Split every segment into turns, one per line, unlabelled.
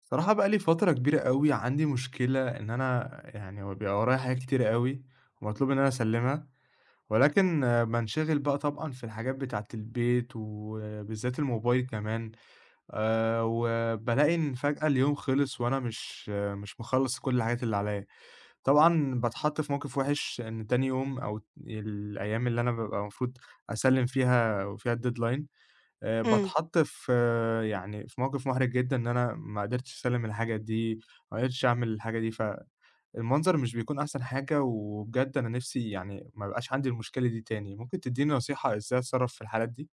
صراحة بقى لي فترة كبيرة أوي عندي مشكلة إن أنا يعني هو بيبقى ورايا حاجات كتيرة أوي ومطلوب إن أنا أسلِّمها، ولكن بانشغل بقى طبعًا في الحاجات بتاعة البيت وبالذات الموبايل كمان. وبالاقي إن فجأة اليوم خلص وأنا مش مش مخلّص كل الحاجات اللي عليّا. طبعًا باتحط في موقف وِحِش إن تاني يوم أو الأيام اللي أنا بابقى المفروض أسلِّم فيها وفيها الdeadline،
إمم.
باتحط في يعني في موقف محرج جدًا إن أنا ما قدرتش أسلّم الحاجة دي، ما قدرتش أعمل الحاجة دي، فالمنظر مش بيكون أحسن حاجة، وبجد أنا نِفْسي يعني ما يبقاش عندي المشكلة دي تاني. ممكن تدّيني نصيحة إزاي أتصرّف في الحالات دي؟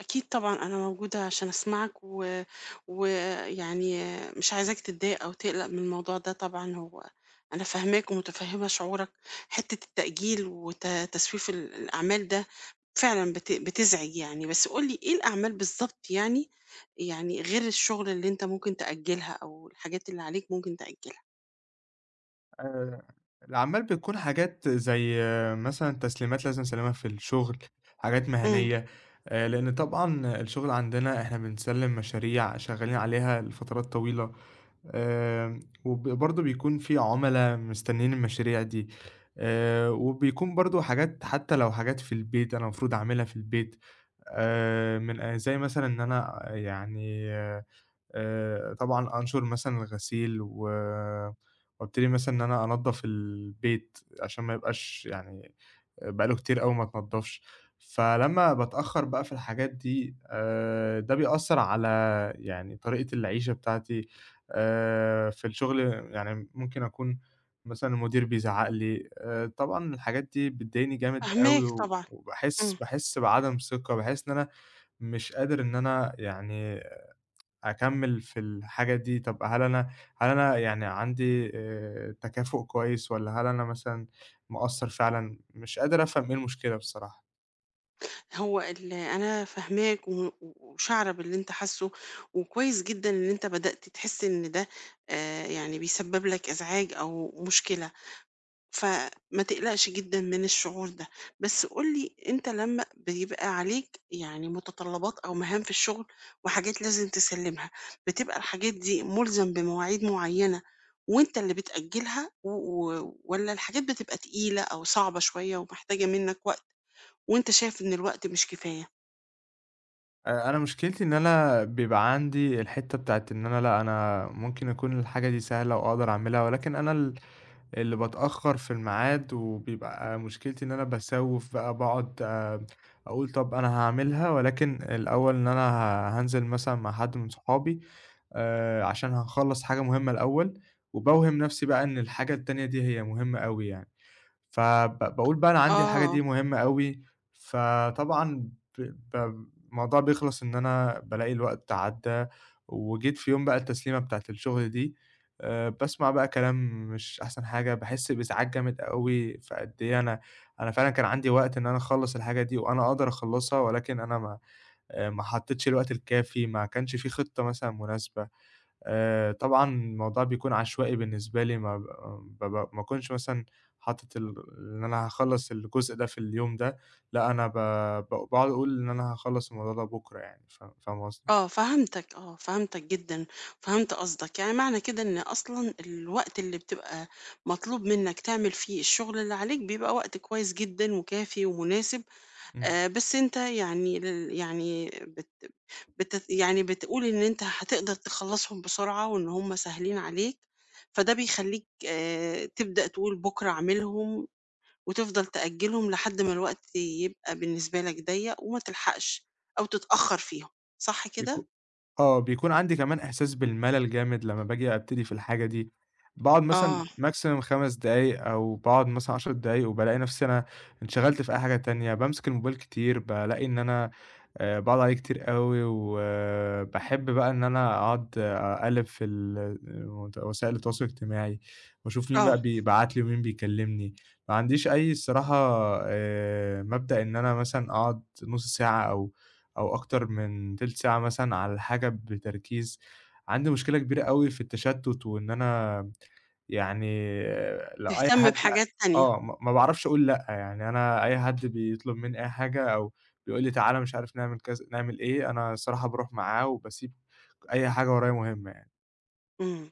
أكيد طبعًا أنا موجودة عشان أسمعك ويعني مش عايزاك تتضايق أو تقلق من الموضوع ده. طبعًا هو أنا فاهماك ومتفهّمة شعورك. حتّة التأجيل تسويف الأعمال ده فعلًا بتزعج يعني. بس قُل لي إيه الأعمال بالضبط يعني، يعني غير الشغل اللي أنت ممكن تأجّلها أو الحاجات اللي عليك ممكن تأجّلها؟
آآ الأعمال بتكون حاجات زي مثلًا تسليمات لازم أسلّمها في الشغل، حاجات
إمم،
مهنية، لإن طبعًا الشغل عندنا إحنا بنسلّم مشاريع شغّالين عليها لفترات طويلة. برضه بيكون في عُملا مستنيين المشاريع دي، وبيكون برضه حاجات، حتى لو حاجات في البيت أنا المفروض أعملها في البيت، من زي مثلًا إن أنا يعني طبعًا أنشر مثلًا الغسيل، و وابتدي مثلًا إن أنا أنضّف البيت عشان ما يبقاش يعني بقى له كتير أوي ما اتنضّفش. فلمّا باتأخّر بقى في الحاجات دي ده بيأثّر على يعني طريقة العيشة بتاعتي. في الشغل يعني ممكن أكون مثلًا المدير بيزعّق لي، طبعًا الحاجات دي بتضايقني جامد
فاهماك
أوي،
طبعًا،
وباحس
إمم.
بعدم ثقة، باحس إن أنا مش قادر إن أنا يعني أكمّل في الحاجة دي. طب هل أنا هل أنا يعني عندي تكافؤ كويس والّا هل أنا مثلًا مقصّر فعلًا؟ مش قادر أفهم إيه المشكلة بصراحة.
هو أنا فاهماك وشاعرة باللي أنت حاسّه، وكويس جدًا إن أنت بدأت تحس إن ده يعني بيسبب لك إزعاج أو مشكلة. فما تقلقش جدًا من الشعور ده. بس قُل لي أنت لمّا بيبقى عليك يعني متطلبات أو مهام في الشغل وحاجات لازم تسلّمها، بتبقى الحاجات دي مُلزم بمواعيد معيّنة وأنت اللي بتأجّلها و و والّا الحاجات بتبقى تقيلة أو صعبة شوية ومحتاجة منّك وقت وأنت شايف إن الوقت مش كفاية؟
أنا مشكلتي إن أنا بيبقى عندي الحتّة بتاعة إن أنا لأ، أنا ممكن يكون الحاجة دي سهلة وأقدر أعملها، ولكن أنا ال اللي باتأخّر في الميعاد، وبيبقى مشكلتي إن أنا باسوّف بقى باقعد، أقول طَب أنا هاعملها، ولكن الأول إن أنا هانزل مثلًا مع حد من صحابي عشان هنخلّص حاجة مهمة الأول، وباوهم نَفْسي بقى إن الحاجة التانية دي هي مهمة أوي يعني. باقول بقى أنا عندي الحاجة
آه،
دي مهمة أوي، فطبعًا ب ب الموضوع بيخلص إن أنا بالاقي الوقت عدّى، وجيت في يوم بقى التسليمة بتاعة الشغل دي. باسمع بقى كلام مش أحسن حاجة، باحس بإزعاج جامد أوي، فقد إيه أنا فعلًا كان عندي وقت إن أنا أخلّص الحاجة دي وأنا أقدر أخلّصها، ولكن أنا ما ما حطيتش الوقت الكافي، ما كانش في خطة مثلًا مناسبة. طبعًا الموضوع بيكون عشوائي بالنسبة لي، ما أكونش مثلًا حاطط إن أنا هاخلّص الجزء ده في اليوم ده، لأ أنا ب ب باقعد أقول إن أنا هاخلّص الموضوع ده بُكرة يعني، فاهم قصدي؟
آه، فهمتك، آه، فهمتك جدًا، فهمت قصدك. يعني معنى كده إن أصلًا الوقت اللي بتبقى مطلوب منك تعمل فيه الشغل اللي عليك بيبقى وقت كويس جدًا وكافي ومناسب.
إمم.
بس أنت يعني لل يعني بت بت يعني بتقول إن أنت هتقدر تخلّصهم بسرعة وإن هم سهلين عليك. فده بيخلّيك تبدأ تقول بُكرة أعملهم وتفضل تأجّلهم لحد ما الوقت يبقى بالنسبة لك ضيّق وما تلحقش أو تتأخّر فيهم، صح كده؟
بيكو آه، بيكون عندي كمان إحساس بالملل جامد لمّا باجي أبتدي في الحاجة دي، باقعد
آه،
مثلًا maximum 5 دقايق أو باقعد مثلًا 10 دقايق وبالاقي نفسي أنا انشغلت في أي حاجة تانية، بامسك الموبايل كتير، بالاقي إن أنا باقعد عليه كتير أوي، وباحب بقى إن أنا أقعد أقلِّب في ال وت وسائل التواصل الاجتماعي، وأشوف مين بقى
آه،
بيبعت لي ومين بيكلمني. ما عنديش أي الصراحة، مبدأ إن أنا مثلًا أقعد نُص ساعة أو أكتر من تِلت ساعة مثلًا على حاجة بتركيز. عندي مشكلة كبيرة أوي في التشتُّت، وإن أنا يعني لو أي
تهتم
حد،
بحاجات تانية،
آه، ما باعرفش أقول لأ، يعني أنا أي حد بيطلب منّي أي حاجة أو بيقول لي تعالَ مش عارف نعمل كذا نعمل إيه، أنا الصراحة باروح معاه وباسيب أي حاجة ورايا مهمة يعني.
إمم،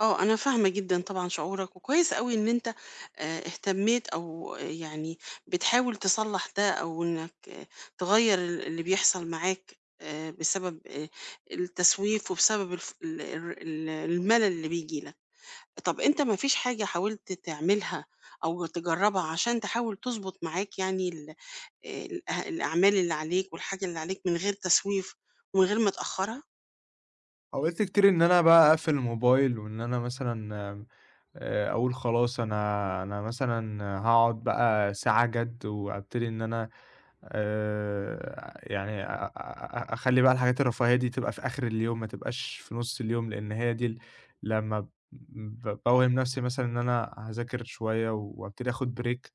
آه، أنا فاهمة جدًا طبعًا شعورك. وكويس أوي إن أنت اهتميت أو يعني بتحاول تصلّح ده أو إنك تغيّر اللي بيحصل معاك بسبب التسويف وبسبب الف ال الر ال الملل اللي بييجي لك. طب أنت ما فيش حاجة حاولت تعملها أو تجرّبها عشان تحاول تضبط معاك يعني ال ال أه الأعمال اللي عليك والحاجة اللي عليك من غير تسويف ومن غير ما تأخّرها؟
أوقات كتير إن أنا بقى أقفّل الموبايل، وإن أنا مثلًا أقول خلاص، أنا مثلًا هاقعد بقى ساعة جَد وأبتدي إن أنا يعني أ أ أ أخلّي بقى الحاجات الرفاهية دي تبقى في آخر اليوم، ما تبقاش في نُص اليوم، لإن هي دي ال لمّا ب ب باوهم نَفْسي مثلًا إن أنا هاذاكر شوية وابتدي آخُد break.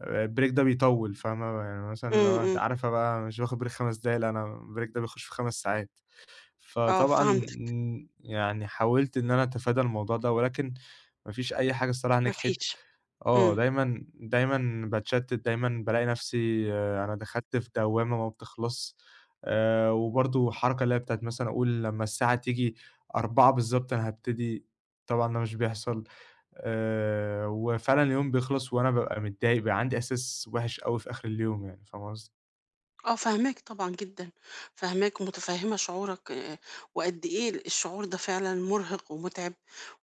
الbreak ده بيطوِّل، فاهمة؟ يعني مثلًا اللي
إمم،
هو أنتِ
إمم.
عارفة بقى مش باخُد break 5 دقايق، لأ أنا الbreak ده بيخُش في 5 ساعات.
آه
فطبعًا
فهمتك،
يعني حاولت إن أنا أتفادى الموضوع ده، ولكن ما فيش أي حاجة الصراحة
ما
نجحت.
فيش.
آه،
إمم.
دايمًا باتشتت، دايمًا بالاقي نفسي، آه، أنا دخلت في دوامة ما بتخلص. وبرضه الحركة اللي هي بتاعة مثلًا أقول لمّا الساعة تيجي 16:00 بالضبط أنا هابتدي، طبعًا ده مش بيحصل. وفعلًا اليوم بيخلص وأنا بابقى متضايق، بيبقى عندي إحساس وحِش أوي في آخر اليوم يعني، فاهم قصدي؟
آه فاهماك طبعًا جدًا، فاهماك ومتفهّمة شعورك وقد إيه الشعور ده فعلًا مُرهِق ومُتعب،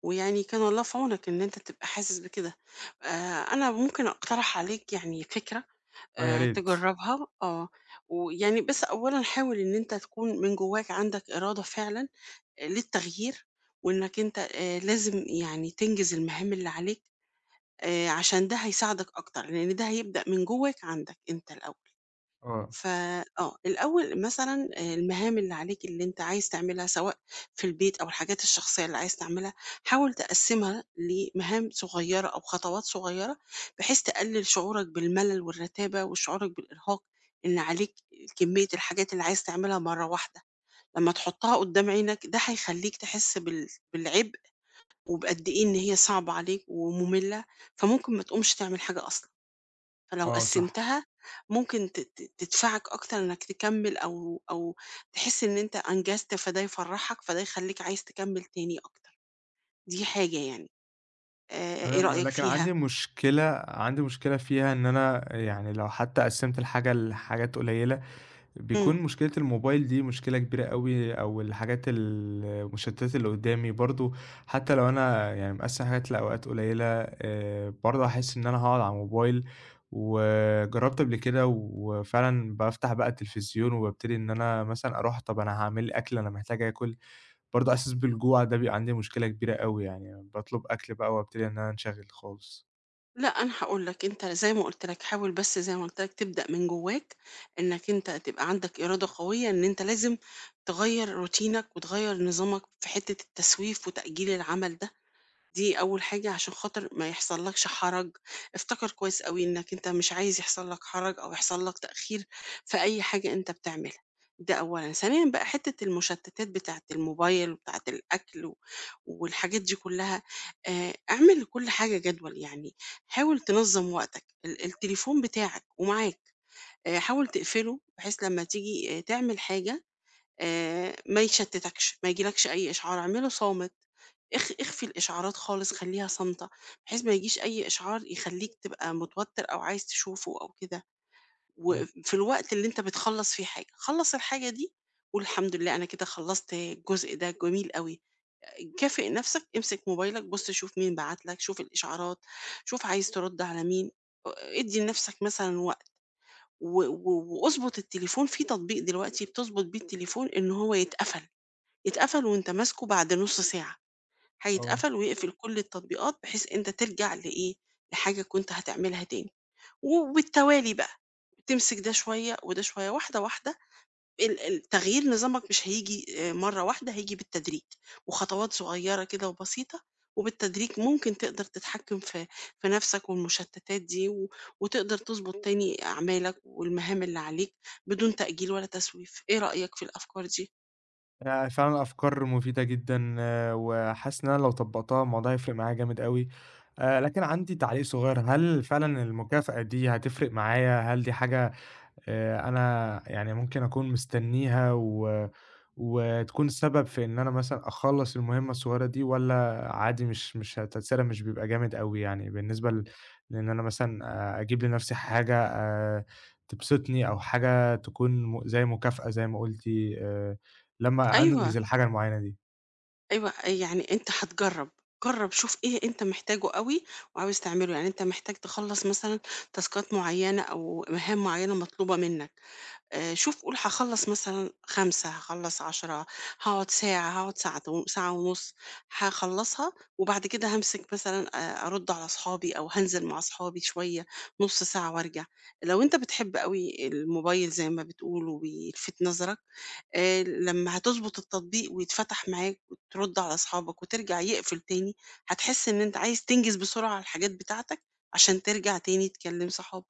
ويعني كان الله في عونك إن أنت تبقى حاسس بكده. أنا ممكن أقترح عليك يعني فكرة
آه، يا ريت.
تجرّبها ويعني بس أولًا حاول إن أنت تكون من جواك عندك إرادة فعلًا للتغيير، وإنك أنت لازم يعني تنجز المهام اللي عليك، عشان ده هيساعدك أكتر، لإن ده هيبدأ من جواك عندك أنت الأول.
آه.
ف آه، الأول مثلًا المهام اللي عليك اللي أنت عايز تعملها سواء في البيت أو الحاجات الشخصية اللي عايز تعملها، حاول تقسّمها لمهام صغيّرة أو خطوات صغيّرة، بحيث تقلل شعورك بالملل والرتابة وشعورك بالإرهاق، إن عليك كمية الحاجات اللي عايز تعملها مرّة واحدة، لمّا تحطها قدّام عينك ده هيخلّيك تحس بالعبء وبقد إيه إن هي صعبة عليك ومملة، فممكن ما تقومش تعمل حاجة أصلًا. فلو
آه، صح.
قسمتها ممكن ت ت تدفعك أكتر إنك تكمل أو تحس إن أنت أنجزت فده يفرحك، فده يخليك عايز تكمل تاني أكتر، دي حاجة يعني، إيه
تمام،
رأيك
لكن
فيها؟
عندي مشكلة، عندي مشكلة فيها إن أنا يعني لو حتى قسّمت الحاجة لحاجات قليلة بيكون
إمم.
مشكلة الموبايل دي مشكلة كبيرة أوي، أو الحاجات المشتتات اللي قدّامي برضه. حتى لو أنا يعني مقسّم الحاجات لأوقات قليلة، برضه هاحس إن أنا هاقعد على الموبايل. وجرّبت قبل كده، وفعلًا بافتح بقى التلفزيون وبابتدي إن أنا مثلًا أروح طَب أنا هاعمل لي أكل، أنا محتاج آكل، برضه إحساس بالجوع ده بيبقى عندي مشكلة كبيرة أوي يعني، باطلب أكل بقى وابتدي إن أنا أنشغل خالص.
لأ أنا هاقول لك، أنت زي ما قُلت لك حاول بس زي ما قُلت لك تبدأ من جواك، إنك أنت تبقى عندك إرادة قوية إن أنت لازم تغيّر روتينك وتغيّر نظامك في حتة التسويف وتأجيل العمل ده. دي أول حاجة عشان خاطر ما يحصلكش حرج. افتكر كويس أوي إنك أنت مش عايز يحصل لك حرج أو يحصل لك تأخير في أي حاجة أنت بتعملها. ده أولًا، ثانيًا بقى حتة المشتتات بتاعة الموبايل وبتاعة الأكل و والحاجات دي كلها، اعمل لكل حاجة جدول. يعني حاول تنظّم وقتك، ال التليفون بتاعك ومعاك حاول تقفله بحيث لمّا تيجي تعمل حاجة ما يشتتكش، ما يجيلكش أي إشعار، اعمله صامت. اخفي الإشعارات خالص، خلّيها صامتة، بحيث ما يجيش أي إشعار يخلّيك تبقى متوتر أو عايز تشوفه أو كده.
آه.
وفي الوقت اللي أنت بتخلّص فيه حاجة، خلّص الحاجة دي قُل الحمد لله أنا كده خلّصت الجزء ده جميل أوي. كافئ نفْسك، امسك موبايلك، بُص شوف مين بعت لك، شوف الإشعارات، شوف عايز ترُد على مين. أ ادّي لنفْسك مثلًا وقت، و و واضبط التليفون. في تطبيق دلوقتي بتضبط بيه التليفون إن هو يتقفل. يتقفل وأنت ماسكه بعد نُص ساعة،
آه.
هيتقفل ويقفل كل التطبيقات بحيث أنت ترجع لإيه، لحاجة كنت هتعملها تاني. وبالتوالي بقى، تمسك ده شوية وده شوية، واحدة، واحدة، ال ال تغيير نظامك مش هييجي مرة واحدة، هييجي بالتدريج، وخطوات صغيرة كده وبسيطة. وبالتدريج ممكن تقدر تتحكم في نَفْسك والمشتتات دي، وتقدر تضبط تاني أعمالك والمهام اللي عليك بدون تأجيل ولا تسويف. إيه رأيك في الأفكار دي؟
فعلًا أفكار مفيدة جدًا، آه، وحاسس إن أنا لو طبّقتها الموضوع هيفرق معايا جامد أوي. لكن عندي تعليق صغير، هل فعلًا المكافأة دي هتفرق معايا؟ هل دي حاجة أنا يعني ممكن أكون مستنّيها، وتكون سبب في إن أنا مثلًا أخلّص المهمة الصغيّرة دي؟ والّا عادي مش، مش هتأثيرها مش بيبقى جامد أوي يعني، بالنسبة لإن أنا مثلًا أجيب لنَفْسي حاجة تبسطني، أو حاجة تكون زي مكافأة زي ما قُلتِ، آآ لمّا
أيوه.
أنجز الحاجة المعيّنة دي؟
أيوه، يعني أنت هتجرّب. جرّب شوف إيه أنت محتاجه أوي وعاوز تعمله. يعني أنت محتاج تخلّص مثلًا تاسكات معيّنة أو مهام معيّنة مطلوبة منّك، شوف قُل هاخلّص مثلًا 5، هاخلّص 10، هاقعد ساعة، هاقعد ساعة ونُص، هاخلّصها وبعد كده هامسك مثلًا أرُد على أصحابي أو هانزل مع أصحابي شوية نُص ساعة وأرجع. لو أنت بتحب أوي الموبايل زي ما بتقول وبيلفت نظرك لمّا هتضبط التطبيق ويتفتح معاك وترُد على أصحابك وترجع يقفل تاني، هتحس إن أنت عايز تنجز بسرعة الحاجات بتاعتك عشان ترجع تاني تكلّم صحابك.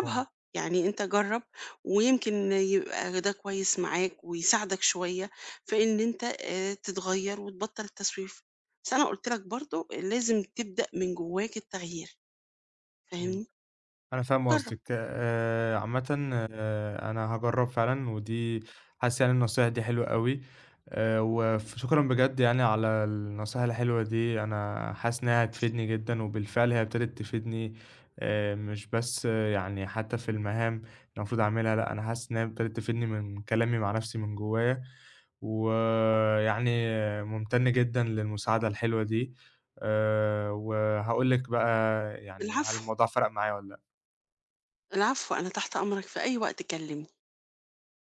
آه.
يعني أنت جرّب ويمكن يبقى ده كويس معاك ويساعدك شوية في إن أنت تتغيّر وتبطّل التسويف. بس أنا قُلت لك برضه لازم تبدأ من جوّاك التغيير،
إمم.
فاهمني؟
أنا فاهم
جرّب.
قصدِك، عامةً أنا هاجرّب فعلًا، حاسس يعني النصايح دي حلوة أوي. وشكرًا بجد يعني على النصايح الحلوة دي، أنا حاسس إنها هتفيدني جدًا، وبالفعل هي ابتدت تفيدني. مش بس يعني حتى في المهام اللي المفروض أعملها، لأ أنا حاسس إنها ابتدت تفيدني من كلامي مع نفسي من جوايا. ويعني ممتن جدًا للمساعدة الحلوة دي. وهاقول لِك بقى يعني هل
العفو،
الموضوع فرق معايا والّا لأ.
العفو، أنا تحت أمرك في أي وقت كلّمني.